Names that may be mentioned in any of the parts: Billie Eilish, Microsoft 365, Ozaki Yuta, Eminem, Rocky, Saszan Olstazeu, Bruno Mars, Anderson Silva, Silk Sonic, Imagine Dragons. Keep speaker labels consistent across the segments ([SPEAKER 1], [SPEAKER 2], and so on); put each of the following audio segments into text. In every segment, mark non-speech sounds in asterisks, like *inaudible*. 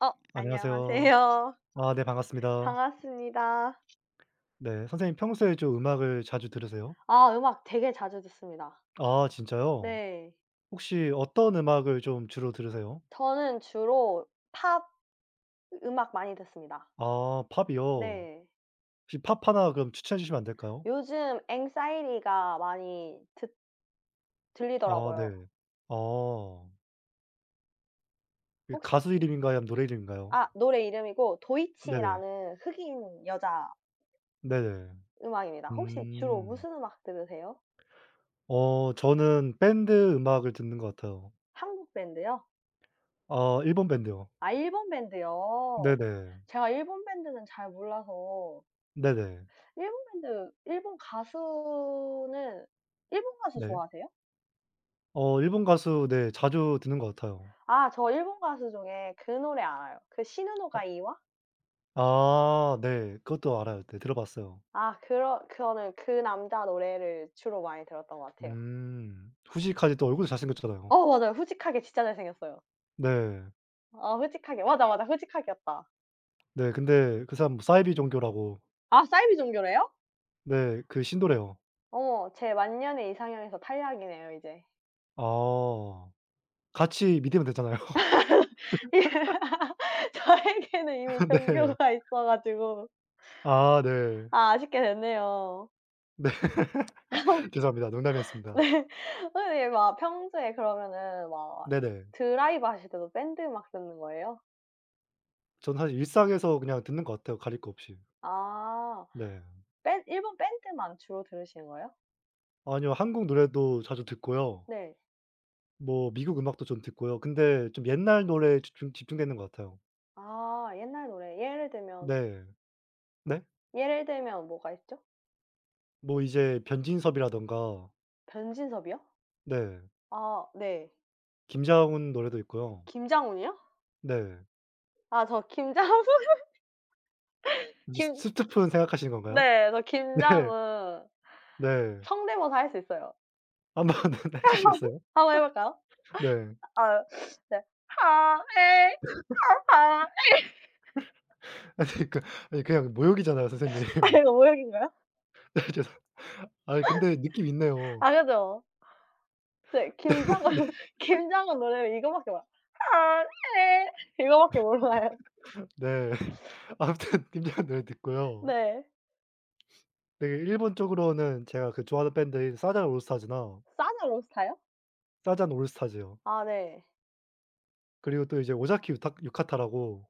[SPEAKER 1] 어
[SPEAKER 2] 안녕하세요.
[SPEAKER 1] 안녕하세요.
[SPEAKER 2] 아 네
[SPEAKER 1] *laughs*
[SPEAKER 2] 반갑습니다.
[SPEAKER 1] 반갑습니다.
[SPEAKER 2] 네. 선생님 평소에 좀 음악을 자주 들으세요?
[SPEAKER 1] 아 음악 되게 자주 듣습니다.
[SPEAKER 2] 아 진짜요?
[SPEAKER 1] 네.
[SPEAKER 2] 혹시 어떤 음악을 좀 주로 들으세요?
[SPEAKER 1] 저는 주로 팝 음악 많이 듣습니다.
[SPEAKER 2] 아 팝이요.
[SPEAKER 1] 네.
[SPEAKER 2] 혹시 팝 하나 그럼 추천해 주시면 안 될까요?
[SPEAKER 1] 요즘 앵사이리가 많이 듣
[SPEAKER 2] 아 네.
[SPEAKER 1] 들리더라고요.
[SPEAKER 2] 아. 이
[SPEAKER 1] 혹시
[SPEAKER 2] 가수 이름인가요? 아니면 노래 이름인가요?
[SPEAKER 1] 아 노래 이름이고
[SPEAKER 2] 네네.
[SPEAKER 1] 도이치라는 흑인 여자
[SPEAKER 2] 네네.
[SPEAKER 1] 음악입니다. 혹시 주로
[SPEAKER 2] 음.
[SPEAKER 1] 무슨 음악 들으세요?
[SPEAKER 2] 저는 밴드 음악을 듣는 것 같아요.
[SPEAKER 1] 한국 밴드요?
[SPEAKER 2] 아 일본 밴드요.
[SPEAKER 1] 아 일본 밴드요.
[SPEAKER 2] 네네.
[SPEAKER 1] 제가 일본 밴드는 잘 몰라서
[SPEAKER 2] 네네.
[SPEAKER 1] 일본 밴드 일본 가수는 일본 가수
[SPEAKER 2] 네.
[SPEAKER 1] 좋아하세요?
[SPEAKER 2] 일본 가수 네 자주 듣는 것 같아요.
[SPEAKER 1] 아 저 일본 가수 중에 그 노래 알아요. 그 시누노가 이와?
[SPEAKER 2] 아 네. 그것도 알아요. 네 들어봤어요.
[SPEAKER 1] 아 그러 거는 그 남자 노래를 주로 많이 들었던 것 같아요.
[SPEAKER 2] 음. 후시까지 또 얼굴도 잘생겼잖아요.
[SPEAKER 1] 어 맞아요. 후지카게 진짜 잘생겼어요.
[SPEAKER 2] 네.
[SPEAKER 1] 아 후지카게. 맞아, 맞아. 후지카게였다.
[SPEAKER 2] 네 근데 그 사람 뭐 사이비 종교라고
[SPEAKER 1] 아 사이비 종교래요?
[SPEAKER 2] 네 그 신도래요.
[SPEAKER 1] 어머 제 만년의 이상형에서 탈락이네요 이제.
[SPEAKER 2] 아. 같이 믿으면 되잖아요. *laughs*
[SPEAKER 1] *laughs* 저에게는 이미
[SPEAKER 2] 네.
[SPEAKER 1] 종교가 있어 가지고
[SPEAKER 2] 아 네.
[SPEAKER 1] 아 아쉽게 됐네요.
[SPEAKER 2] 네 *laughs* 죄송합니다.
[SPEAKER 1] *laughs*
[SPEAKER 2] 농담이었습니다.
[SPEAKER 1] 네. 아니 막 평소에 그러면은 막
[SPEAKER 2] 네네.
[SPEAKER 1] 드라이브 하실 때도 밴드 막 듣는 거예요?
[SPEAKER 2] 저는 사실 일상에서 그냥 듣는 것 같아요, 가릴 거 없이.
[SPEAKER 1] 아.
[SPEAKER 2] 네.
[SPEAKER 1] 밴 일본 밴드만 주로 들으시는 거예요?
[SPEAKER 2] 아니요. 한국 노래도 자주 듣고요.
[SPEAKER 1] 네.
[SPEAKER 2] 뭐 미국 음악도 좀 듣고요. 근데 좀 옛날 노래에 집중되는 것 같아요.
[SPEAKER 1] 아 옛날 노래. 예를 들면
[SPEAKER 2] 네. 네?
[SPEAKER 1] 예를 들면 뭐가 있죠?
[SPEAKER 2] 뭐 이제 변진섭이라든가
[SPEAKER 1] 변진섭이요?
[SPEAKER 2] 네.
[SPEAKER 1] 아 네.
[SPEAKER 2] 김장훈 노래도 있고요.
[SPEAKER 1] 김장훈이요?
[SPEAKER 2] 네.
[SPEAKER 1] 아 저 김장훈 *laughs*
[SPEAKER 2] 이제
[SPEAKER 1] 김
[SPEAKER 2] 스투픈 생각하시는 건가요?
[SPEAKER 1] 네. 저
[SPEAKER 2] *laughs* 네.
[SPEAKER 1] 김장훈
[SPEAKER 2] 네.
[SPEAKER 1] 성대모사 할 수 있어요.
[SPEAKER 2] 한번 *laughs* 해 주시겠어요?
[SPEAKER 1] 한번 해 볼까요?
[SPEAKER 2] 네.
[SPEAKER 1] 아 네. 하에 하하 아
[SPEAKER 2] 아니 그러니까 아니 그냥 모욕이잖아요, 선생님.
[SPEAKER 1] *laughs* 이거
[SPEAKER 2] *laughs*
[SPEAKER 1] 모욕인가요?
[SPEAKER 2] 네 죄송 아 근데 느낌 있네요.
[SPEAKER 1] 아 그죠. 네.
[SPEAKER 2] *laughs* 네.
[SPEAKER 1] 김장은 노래를 *laughs* 이거밖에 몰라요. "하늘에" 이거밖에 몰라요.
[SPEAKER 2] 네. 아무튼 *laughs* 김장훈 노래 듣고요.
[SPEAKER 1] 네.
[SPEAKER 2] 되게 일본 쪽으로는 제가 그 좋아하는 밴드인 사잔 올스타즈나
[SPEAKER 1] 싸냐 로스타요?
[SPEAKER 2] 사잔 올스타즈요.
[SPEAKER 1] 아 네.
[SPEAKER 2] 그리고 또 이제 오자키 유타 유카타라고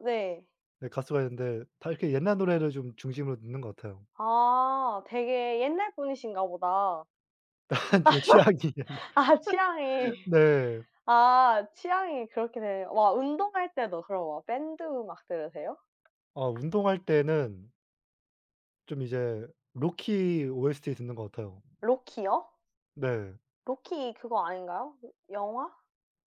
[SPEAKER 1] 네.
[SPEAKER 2] 네 가수가 있는데 다 이렇게 옛날 노래를 좀 중심으로 듣는 것 같아요.
[SPEAKER 1] 아 되게 옛날 분이신가 보다.
[SPEAKER 2] *laughs* 되게 취향이 *laughs*
[SPEAKER 1] 아 취향이
[SPEAKER 2] 네.
[SPEAKER 1] 아 취향이 그렇게 되네요. 막 운동할 때도 그럼 막 밴드 음악 들으세요?
[SPEAKER 2] 아 운동할 때는 좀 이제 로키 OST 듣는 것 같아요.
[SPEAKER 1] 로키요?
[SPEAKER 2] 네.
[SPEAKER 1] 로키 그거 아닌가요? 그 영화?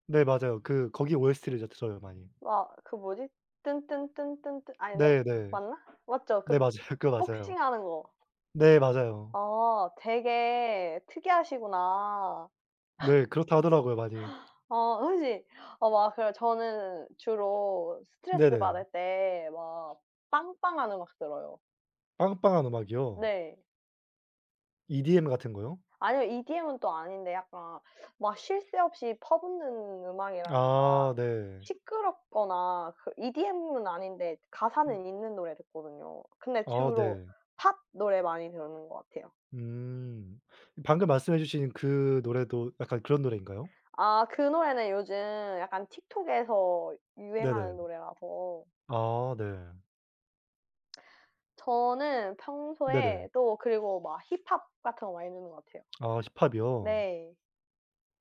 [SPEAKER 2] 네 맞아요. 그 거기 OST를 이제 들어요 많이.
[SPEAKER 1] 막 그 뭐지? 뚠뚠뚠뚠뚠 아닌데
[SPEAKER 2] 네네. 네
[SPEAKER 1] 맞나? 맞죠? 그
[SPEAKER 2] 네, 맞아요. *laughs* 그거 맞아요.
[SPEAKER 1] 복싱하는 거.
[SPEAKER 2] 네 맞아요.
[SPEAKER 1] 아 되게 특이하시구나.
[SPEAKER 2] 네 그렇다 하더라고요 많이.
[SPEAKER 1] 어 그지? 어 막 그래 저는 주로 스트레스
[SPEAKER 2] 네네.
[SPEAKER 1] 받을 때 막 빵빵한 음악 들어요.
[SPEAKER 2] 빵빵한 음악이요?
[SPEAKER 1] 네.
[SPEAKER 2] EDM 같은 거요?
[SPEAKER 1] 아니면 EDM은 또 아닌데 약간 막 쉴 새 없이 퍼붓는
[SPEAKER 2] 아
[SPEAKER 1] 음악이라든가
[SPEAKER 2] 네.
[SPEAKER 1] 시끄럽거나 그 EDM은 아닌데 가사는
[SPEAKER 2] 음
[SPEAKER 1] 있는 노래 듣거든요. 근데
[SPEAKER 2] 아
[SPEAKER 1] 주로
[SPEAKER 2] 네.
[SPEAKER 1] 팝 노래 많이 듣는 것 같아요.
[SPEAKER 2] 음. 방금 말씀해 주신 그 노래도 약간 그런 노래인가요?
[SPEAKER 1] 아 그 노래는 요즘 약간 틱톡에서
[SPEAKER 2] 네네.
[SPEAKER 1] 유행하는 노래라서
[SPEAKER 2] 아 네.
[SPEAKER 1] 저는
[SPEAKER 2] 네네.
[SPEAKER 1] 평소에 또 그리고 막 힙합 같은 거 많이 듣는 것 같아요.
[SPEAKER 2] 아 힙합이요?
[SPEAKER 1] 네.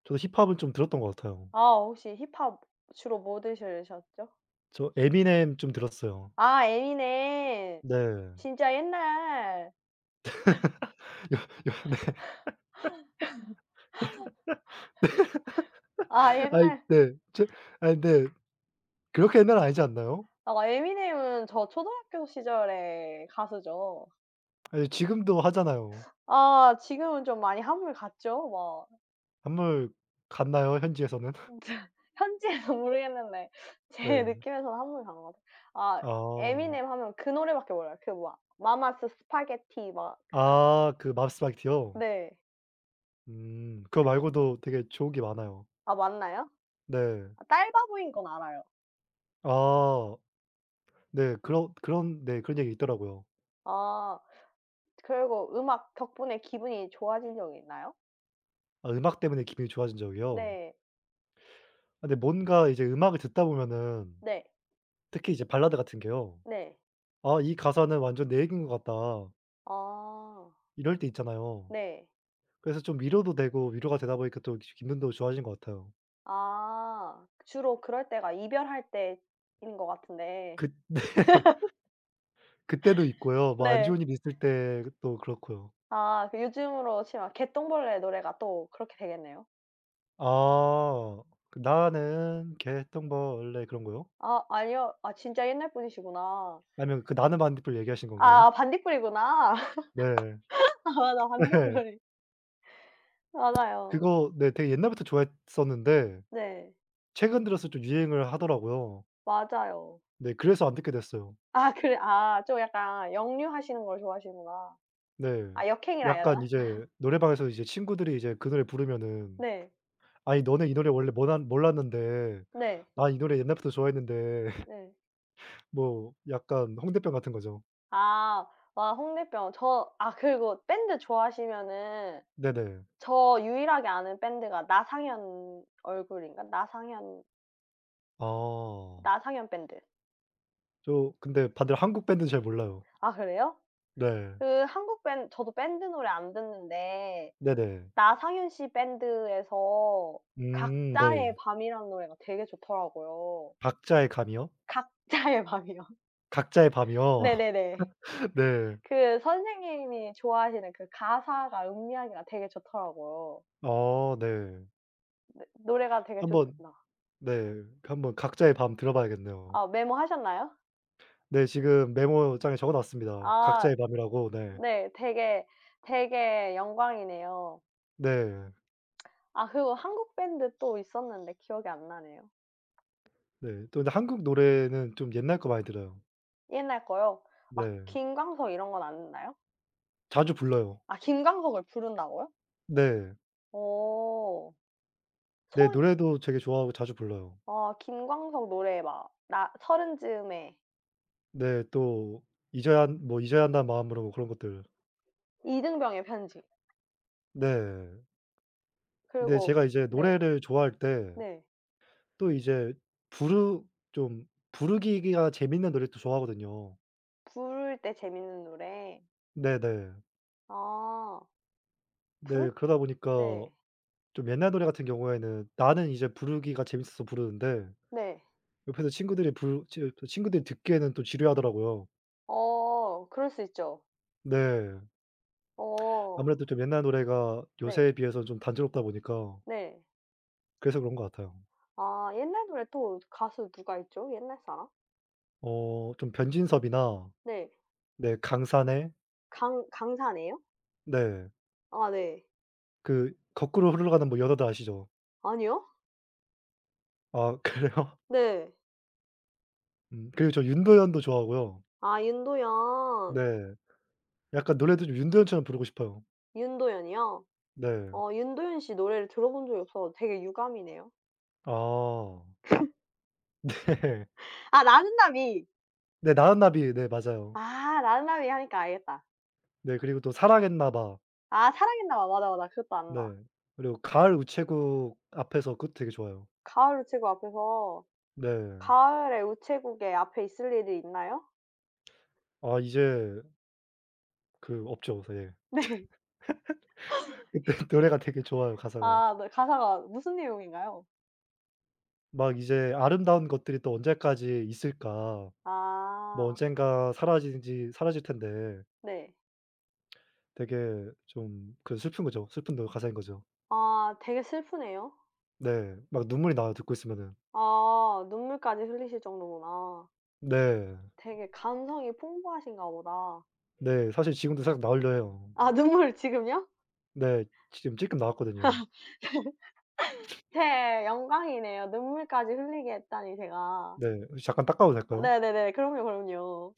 [SPEAKER 2] 저도 힙합은 좀 들었던 것 같아요.
[SPEAKER 1] 아 혹시 힙합 주로 뭐 들으셨죠?
[SPEAKER 2] 저 에미넴 좀 들었어요.
[SPEAKER 1] 아 에미넴.
[SPEAKER 2] 네. 여
[SPEAKER 1] 진짜 옛날
[SPEAKER 2] 여 네.
[SPEAKER 1] 아
[SPEAKER 2] 아이
[SPEAKER 1] 옛날
[SPEAKER 2] 네. 제 아이 근데 그렇게 옛날은 아니지 않나요?
[SPEAKER 1] 아 에미넴은 저 초등학교 시절의 가수죠.
[SPEAKER 2] 아니 지금도 하잖아요.
[SPEAKER 1] 아 지금은 좀 많이 한물 갔죠. 막
[SPEAKER 2] 안물 갔나요? 현지에서는? *laughs*
[SPEAKER 1] *laughs* 현지에서 모르겠는데 제
[SPEAKER 2] 네.
[SPEAKER 1] 느낌에서는 한물 간 것 같아요. 아
[SPEAKER 2] 아.
[SPEAKER 1] 에미넴 하면 그 노래밖에 몰라요. 그 막 마마스 스파게티 막 그 가
[SPEAKER 2] 아 그 맙스 바이트요?
[SPEAKER 1] 네.
[SPEAKER 2] 음. 그거 말고도 되게 좋은 게 많아요.
[SPEAKER 1] 아 맞나요?
[SPEAKER 2] 네.
[SPEAKER 1] 아 딸바보인 건 알아요.
[SPEAKER 2] 아 네. 그런 그런 네 그런 얘기 있더라고요.
[SPEAKER 1] 아 그리고 음악 덕분에 기분이 좋아진 적이 있나요?
[SPEAKER 2] 아 음악 때문에 기분이 좋아진 적이요?
[SPEAKER 1] 네.
[SPEAKER 2] 아 근데 뭔가 이제 음악을 듣다 보면은
[SPEAKER 1] 네.
[SPEAKER 2] 특히 이제 발라드 같은 게요.
[SPEAKER 1] 네.
[SPEAKER 2] '아 이 가사는 완전 내 얘기인 것 같다.'
[SPEAKER 1] 아.
[SPEAKER 2] 이럴 때 있잖아요.
[SPEAKER 1] 네.
[SPEAKER 2] 그래서 좀 위로도 되고 위로가 되다 보니까 또 기 기분도 좋아진 것 같아요.
[SPEAKER 1] 아 주로 그럴 때가 이별할 때인 것 같은데
[SPEAKER 2] 그 *laughs* 네. 그때도 있고요. 뭐 안
[SPEAKER 1] 네.
[SPEAKER 2] 좋은 일 있을 때 또 그렇고요.
[SPEAKER 1] 아 그 요즘으로 치면 개똥벌레 노래가 또 그렇게 되겠네요.
[SPEAKER 2] 아. 그 나는 개똥벌레 그런 거요?
[SPEAKER 1] 아 아니요. 아 진짜 옛날 분이시구나.
[SPEAKER 2] 아니면 그 나는 반딧불 얘기하신 건가요?
[SPEAKER 1] 아
[SPEAKER 2] *laughs*
[SPEAKER 1] 반딧불이구나. *laughs*
[SPEAKER 2] 네.
[SPEAKER 1] 아 맞아.
[SPEAKER 2] 네.
[SPEAKER 1] 반딧불이. 맞아요.
[SPEAKER 2] 그거 네 되게 옛날부터 좋아했었는데
[SPEAKER 1] 네.
[SPEAKER 2] 최근 들어서 좀 유행을 하더라고요.
[SPEAKER 1] 맞아요.
[SPEAKER 2] 네 그래서 안 듣게 됐어요.
[SPEAKER 1] 아 그래 아 좀 약간 역류하시는 걸 좋아하시는구나.
[SPEAKER 2] 네.
[SPEAKER 1] 아 역행이라 해야
[SPEAKER 2] 약간
[SPEAKER 1] 되나?
[SPEAKER 2] 이제 노래방에서 이제 친구들이 이제 그 노래 부르면은
[SPEAKER 1] 네.
[SPEAKER 2] 아니 너는 이 노래 원래 모 몰랐는데
[SPEAKER 1] 네.
[SPEAKER 2] 나 이 노래 옛날부터 좋아했는데 *laughs*
[SPEAKER 1] 네.
[SPEAKER 2] 뭐 약간 홍대병 같은 거죠.
[SPEAKER 1] 아. 와 홍대병. 저 아 그리고 밴드 좋아하시면은
[SPEAKER 2] 네네.
[SPEAKER 1] 저 유일하게 아는 밴드가 나상현 얼굴인가? 나상현
[SPEAKER 2] 아.
[SPEAKER 1] 나상현 밴드.
[SPEAKER 2] 저 근데 다들 한국 밴드는 잘 몰라요.
[SPEAKER 1] 아 그래요?
[SPEAKER 2] 네.
[SPEAKER 1] 그 한국 밴 저도 밴드 노래 안 듣는데
[SPEAKER 2] 네네.
[SPEAKER 1] 나상현 씨 밴드에서
[SPEAKER 2] 네.
[SPEAKER 1] 각자의 밤이라는 노래가 되게 좋더라고요.
[SPEAKER 2] 각자의 감이요?
[SPEAKER 1] 각자의 *laughs* 밤이요.
[SPEAKER 2] 각자의 밤이요?
[SPEAKER 1] 네네네.
[SPEAKER 2] *laughs* 네.
[SPEAKER 1] 그 선생님이 좋아하시는 그 가사가 음미하기가 되게 좋더라고요.
[SPEAKER 2] 아 네.
[SPEAKER 1] 네 노래가 되게
[SPEAKER 2] 한번
[SPEAKER 1] 좋습니다.
[SPEAKER 2] 네. 한번 각자의 밤 들어봐야겠네요.
[SPEAKER 1] 아 메모하셨나요?
[SPEAKER 2] 네 지금 메모장에 적어 놨습니다.
[SPEAKER 1] 아
[SPEAKER 2] 각자의 밤이라고. 네.
[SPEAKER 1] 네. 되게, 되게 영광이네요.
[SPEAKER 2] 네.
[SPEAKER 1] 아 그리고 한국 밴드 또 있었는데 기억이 안 나네요.
[SPEAKER 2] 네. 또 근데 한국 노래는 좀 옛날 거 많이 들어요.
[SPEAKER 1] 옛날 거요? 막
[SPEAKER 2] 네.
[SPEAKER 1] 김광석 이런 건 안 나요?
[SPEAKER 2] 자주 불러요.
[SPEAKER 1] 아 김광석을 부른다고요?
[SPEAKER 2] 네.
[SPEAKER 1] 어.
[SPEAKER 2] 네
[SPEAKER 1] 손
[SPEAKER 2] 노래도 되게 좋아하고 자주 불러요.
[SPEAKER 1] 아 김광석 노래 막 나 서른 즈음에
[SPEAKER 2] 네 또 잊어야 한 뭐 잊어야 한다는 마음으로 뭐 그런 것들.
[SPEAKER 1] 이등병의 편지
[SPEAKER 2] 네. 근데
[SPEAKER 1] 그리고
[SPEAKER 2] 제가 이제
[SPEAKER 1] 네.
[SPEAKER 2] 노래를 좋아할 때
[SPEAKER 1] 네.
[SPEAKER 2] 또 이제 부르 좀 부르기가 재밌는 노래를 또 좋아하거든요.
[SPEAKER 1] 부를 때 재밌는 노래.
[SPEAKER 2] 네네.
[SPEAKER 1] 아. 부를
[SPEAKER 2] 네 그러다 보니까
[SPEAKER 1] 때
[SPEAKER 2] 좀 옛날 노래 같은 경우에는 나는 이제 부르기가 재밌어서 부르는데
[SPEAKER 1] 네.
[SPEAKER 2] 옆에서 친구들이 부르 치 친구들이 듣기에는 또 지루해하더라고요.
[SPEAKER 1] 어 그럴 수 있죠.
[SPEAKER 2] 네.
[SPEAKER 1] 어
[SPEAKER 2] 아무래도 좀 옛날 노래가
[SPEAKER 1] 네.
[SPEAKER 2] 요새에 비해서 좀 단조롭다 보니까
[SPEAKER 1] 네.
[SPEAKER 2] 그래서 그런 것 같아요.
[SPEAKER 1] 아 옛날 노래 또 가수 누가 있죠? 옛날 사람?
[SPEAKER 2] 좀 변진섭이나
[SPEAKER 1] 네.
[SPEAKER 2] 네 강산의
[SPEAKER 1] 강 강사네요?
[SPEAKER 2] 네
[SPEAKER 1] 아 네.
[SPEAKER 2] 그 거꾸로 흘러가는 뭐 여자들 아시죠?
[SPEAKER 1] 아니요?
[SPEAKER 2] 아 *laughs* 그래요?
[SPEAKER 1] 네.
[SPEAKER 2] 그리고 저 윤도현도 좋아하고요.
[SPEAKER 1] 아 윤도현.
[SPEAKER 2] 네. 약간 노래도 좀 윤도현처럼 부르고 싶어요.
[SPEAKER 1] 윤도현이요?
[SPEAKER 2] 네.
[SPEAKER 1] 어 윤도현 씨 노래를 들어본 적이 없어서 되게 유감이네요.
[SPEAKER 2] 아. 네.
[SPEAKER 1] 아 나는나비
[SPEAKER 2] 네 나은나비 네 맞아요.
[SPEAKER 1] 아 나는나비 하니까 알겠다.
[SPEAKER 2] 네 그리고 또 사랑했나 봐.
[SPEAKER 1] 아 사랑했나 봐. 맞아, 맞아. 그것도
[SPEAKER 2] 네.
[SPEAKER 1] 안다.
[SPEAKER 2] 그리고 가을 우체국 앞에서 그것도 되게 좋아요.
[SPEAKER 1] 가을을 치고 앞에서
[SPEAKER 2] 네.
[SPEAKER 1] 가을의 우체국에 앞에 있을 일이 있나요?
[SPEAKER 2] 아 이제 그 없죠. 예.
[SPEAKER 1] *laughs* 네.
[SPEAKER 2] *laughs* 그때 노래가 되게 좋아요 가사가.
[SPEAKER 1] 아 네. 가사가 무슨 내용인가요?
[SPEAKER 2] 막 이제 '아름다운 것들이 또 언제까지 있을까.' 뭐
[SPEAKER 1] 아
[SPEAKER 2] 언젠가 사라지지 사라질 텐데
[SPEAKER 1] 네.
[SPEAKER 2] 되게 좀 그 슬픈 거죠. 슬픈 노 가사인 거죠.
[SPEAKER 1] 아 되게 슬프네요.
[SPEAKER 2] 네. 막 눈물이 나요 듣고 있으면은.
[SPEAKER 1] 아 눈물까지 흘리실 정도구나.
[SPEAKER 2] 네.
[SPEAKER 1] 되게 감성이 풍부하신가 보다.
[SPEAKER 2] 네. 사실 지금도 살짝 나오려 해요.
[SPEAKER 1] 아 *laughs* 눈물 지금요?
[SPEAKER 2] 네. 지금 찔끔 나왔거든요.
[SPEAKER 1] 네. 영광이네요. 눈물까지 흘리게 했다니 제가.
[SPEAKER 2] 네. 혹시 잠깐 닦아도 될까요?
[SPEAKER 1] 네네네. 그럼요, 그럼요.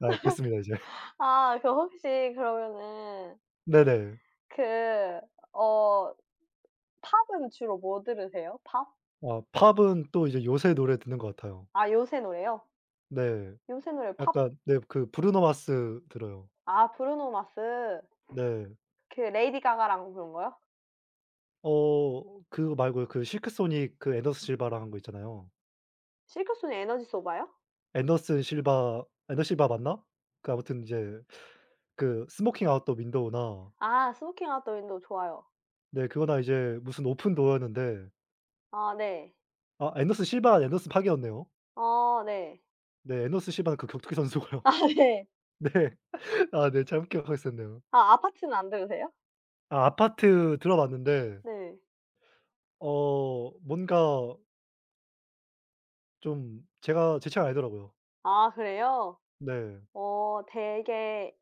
[SPEAKER 2] 네 됐습니다 이제. *laughs*
[SPEAKER 1] 아 그 혹시 그러면은
[SPEAKER 2] 네네.
[SPEAKER 1] 그 어 팝은 주로 뭐 들으세요? 팝?
[SPEAKER 2] 아 팝은 또 이제 요새 노래 듣는 것 같아요.
[SPEAKER 1] 아 요새 노래요?
[SPEAKER 2] 네.
[SPEAKER 1] 요새 노래 팝
[SPEAKER 2] 약간 네 그 브루노 마스 들어요.
[SPEAKER 1] 아 브루노 마스.
[SPEAKER 2] 네.
[SPEAKER 1] 그 레이디 가가랑 부른 거요?
[SPEAKER 2] 그거 말고 그 실크소닉 그 앤더스 실바랑 한 거 있잖아요.
[SPEAKER 1] 실크 소닉 에너지 소바요?
[SPEAKER 2] 앤더슨 실바 앤더 실바 맞나? 그 아무튼 이제 그 스모킹 아웃 더 윈도우나
[SPEAKER 1] 아 스모킹 아웃 더 윈도우 좋아요.
[SPEAKER 2] 네 그거나 이제 무슨 오픈 도어였는데
[SPEAKER 1] 아 네.
[SPEAKER 2] 아 앤더슨 실바 앤더슨 파기였네요.
[SPEAKER 1] 어 네.
[SPEAKER 2] 네 앤더슨 실바는 그 격투기 선수고요.
[SPEAKER 1] *laughs* 아 네.
[SPEAKER 2] *laughs* 네. 아 네 잘못 기억하고 있었네요.
[SPEAKER 1] 아 아파트는 안 들으세요?
[SPEAKER 2] 아 아파트 들어봤는데
[SPEAKER 1] 네.
[SPEAKER 2] 어 뭔가 좀 제가 제 취향이 아니더라고요.
[SPEAKER 1] 아 그래요?
[SPEAKER 2] 네.
[SPEAKER 1] 어 되게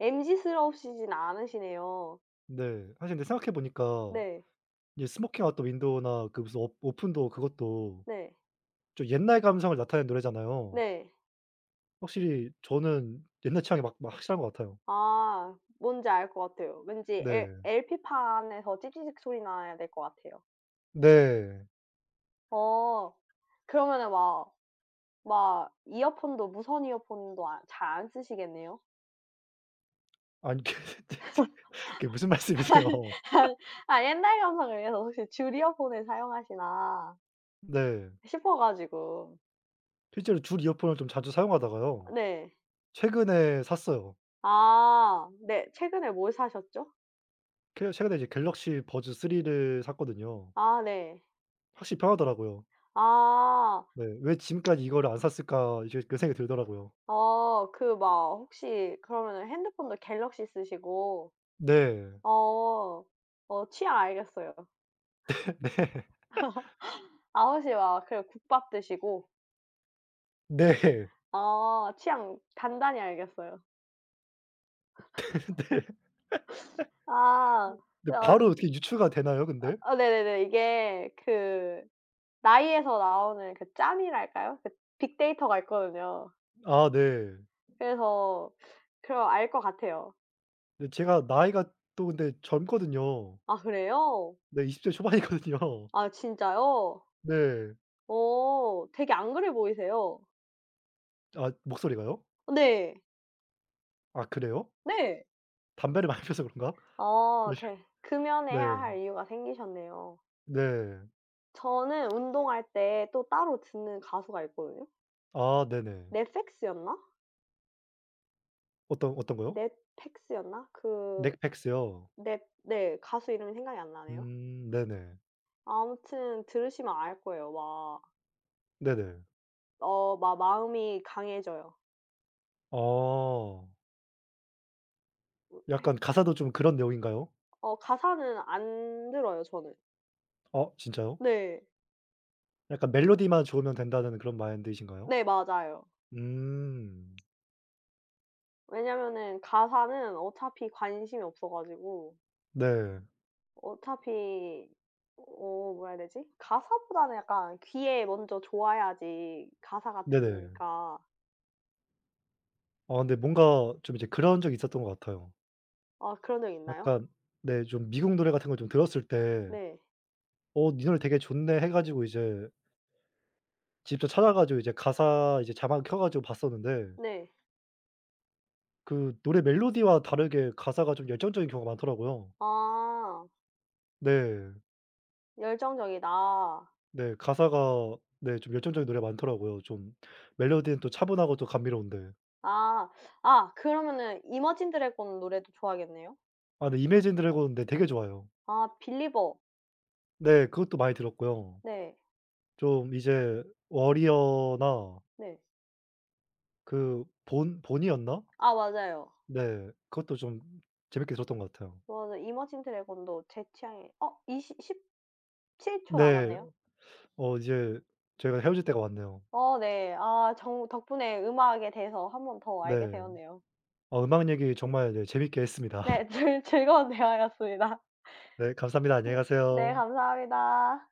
[SPEAKER 1] 엠지스러우시진 않으시네요.
[SPEAKER 2] 네. 사실 근데 생각해 보니까
[SPEAKER 1] 네.
[SPEAKER 2] 이 스모킹 아웃 더 윈도우나 그 무슨 오 오픈 도어 그것도
[SPEAKER 1] 네.
[SPEAKER 2] 좀 옛날 감성을 나타낸 노래잖아요.
[SPEAKER 1] 네.
[SPEAKER 2] 확실히 저는 옛날 취향이 막 확실한 것 같아요.
[SPEAKER 1] 아 뭔지 알 것 같아요. 왠지 엘
[SPEAKER 2] 네.
[SPEAKER 1] LP 판에서 찌찌직 소리 나야 될 것 같아요.
[SPEAKER 2] 네.
[SPEAKER 1] 어. 그러면은 막 막 이어폰도 무선 이어폰도 아 잘 안 쓰시겠네요?
[SPEAKER 2] 아니 그게 *laughs* 그게 무슨 말씀이세요.
[SPEAKER 1] 아 옛날 감성을 위해서 혹시 줄 이어폰을 사용하시나
[SPEAKER 2] 네.
[SPEAKER 1] 싶어 가지고.
[SPEAKER 2] 실제로 줄 이어폰을 좀 자주 사용하다가요.
[SPEAKER 1] 네.
[SPEAKER 2] 최근에 샀어요.
[SPEAKER 1] 아 네. 최근에 뭘 사셨죠?
[SPEAKER 2] 그 최근에 이제 갤럭시 버즈 3를 샀거든요.
[SPEAKER 1] 아 네.
[SPEAKER 2] 확실히 편하더라고요.
[SPEAKER 1] 아.
[SPEAKER 2] 네. '왜 지금까지 이거를 안 샀을까?' 이제 그 생각이 들더라고요.
[SPEAKER 1] 어 그 막 혹시 그러면은 핸드폰도 갤럭시 쓰시고
[SPEAKER 2] 네.
[SPEAKER 1] 어. 어 취향 알겠어요.
[SPEAKER 2] *laughs*
[SPEAKER 1] 아 혹시 막 그 국밥 드시고
[SPEAKER 2] 네. 네.
[SPEAKER 1] 어 취향 단단히 알겠어요.
[SPEAKER 2] 네.
[SPEAKER 1] 아. 네
[SPEAKER 2] 근데 바로
[SPEAKER 1] 아
[SPEAKER 2] 어떻게 유추가 되나요 근데?
[SPEAKER 1] 아 네네네. 이게 그 나이에서 나오는 그 짬이랄까요? 그 빅데이터가 있거든요.
[SPEAKER 2] 아 네.
[SPEAKER 1] 그래서 그럼 알 것 같아요.
[SPEAKER 2] 근데 제가 나이가 또 근데 젊거든요.
[SPEAKER 1] '아 그래요?
[SPEAKER 2] 네 20 대 초반이거든요.
[SPEAKER 1] 아 진짜요?
[SPEAKER 2] 네.
[SPEAKER 1] 어 되게 안 그래 보이세요.'
[SPEAKER 2] 아 목소리가요?
[SPEAKER 1] 네.
[SPEAKER 2] 아 그래요?
[SPEAKER 1] 네.
[SPEAKER 2] 담배를 많이 피워서 그런가?
[SPEAKER 1] 어
[SPEAKER 2] 네.
[SPEAKER 1] 네.
[SPEAKER 2] 네.
[SPEAKER 1] 금연해야 할 이유가 생기셨네요.
[SPEAKER 2] 네.
[SPEAKER 1] 저는 운동할 때 또 따로 듣는 가수가 있거든요.
[SPEAKER 2] 아 네네.
[SPEAKER 1] 넷팩스였나?
[SPEAKER 2] 어떤 거요?
[SPEAKER 1] 넷팩스였나? 그
[SPEAKER 2] 넥팩스요?
[SPEAKER 1] 넷 네 가수 이름이 생각이 안 나네요.
[SPEAKER 2] 네네.
[SPEAKER 1] 아무튼 들으시면 알 거예요. 와,
[SPEAKER 2] 네네.
[SPEAKER 1] 어 막 마음이 강해져요.
[SPEAKER 2] 아. 약간
[SPEAKER 1] 해
[SPEAKER 2] 가사도 좀 그런 내용인가요?
[SPEAKER 1] 어 가사는 안 들어요 저는.
[SPEAKER 2] 어 진짜요?
[SPEAKER 1] 네.
[SPEAKER 2] 약간 멜로디만 좋으면 된다는 그런 마인드이신가요?
[SPEAKER 1] 네 맞아요.
[SPEAKER 2] 음.
[SPEAKER 1] 왜냐면은 가사는 어차피 관심이 없어 가지고
[SPEAKER 2] 네.
[SPEAKER 1] 어차피 어 뭐라 해야 되지? 가사보다는 약간 귀에 먼저 좋아야지 가사가
[SPEAKER 2] 네네.
[SPEAKER 1] 들리니까.
[SPEAKER 2] 아 근데 뭔가 좀 이제 그런 적이 있었던 것 같아요.
[SPEAKER 1] 아 그런 적 있나요?
[SPEAKER 2] 약간 네 좀 미국 노래 같은 걸 좀 들었을 때
[SPEAKER 1] 네.
[SPEAKER 2] 어 니 노래 되게 좋네 해 가지고 이제 직접 찾아 가지고 이제 가사 이제 자막을 켜 가지고 봤었는데
[SPEAKER 1] 네.
[SPEAKER 2] 그 노래 멜로디와 다르게 가사가 좀 열정적인 경우가 많더라고요.
[SPEAKER 1] 아.
[SPEAKER 2] 네.
[SPEAKER 1] 열정적이다.
[SPEAKER 2] 네. 가사가 네 좀 열정적인 노래가 많더라고요. 좀 멜로디는 또 차분하고 또 감미로운데.
[SPEAKER 1] 아. 아 그러면은 이머진 드래곤 노래도 좋아하겠네요?
[SPEAKER 2] 아 네 이매진 드래곤 네 되게 좋아요.
[SPEAKER 1] 아 빌리버.
[SPEAKER 2] 네 그것도 많이 들었고요.
[SPEAKER 1] 네.
[SPEAKER 2] 좀 이제 워리어나
[SPEAKER 1] 네.
[SPEAKER 2] 그 본 본이었나?
[SPEAKER 1] 아 맞아요.
[SPEAKER 2] 네. 그것도 좀 재밌게 들었던 것 같아요.
[SPEAKER 1] 맞아요. 이머진 드래곤도 제 취향에 어 이십17초
[SPEAKER 2] 네.
[SPEAKER 1] 남았네요.
[SPEAKER 2] 이제 저희가 헤어질 때가 왔네요.
[SPEAKER 1] 어 네. 아 정 덕분에 음악에 대해서 한 번 더 알게
[SPEAKER 2] 네.
[SPEAKER 1] 되었네요.
[SPEAKER 2] 음악 얘기 정말 네 재밌게 했습니다. *laughs*
[SPEAKER 1] 네. *laughs* 즐 즐거운 대화였습니다.
[SPEAKER 2] 네 감사합니다.
[SPEAKER 1] 네.
[SPEAKER 2] 안녕히
[SPEAKER 1] 네
[SPEAKER 2] 가세요.
[SPEAKER 1] 감사합니다.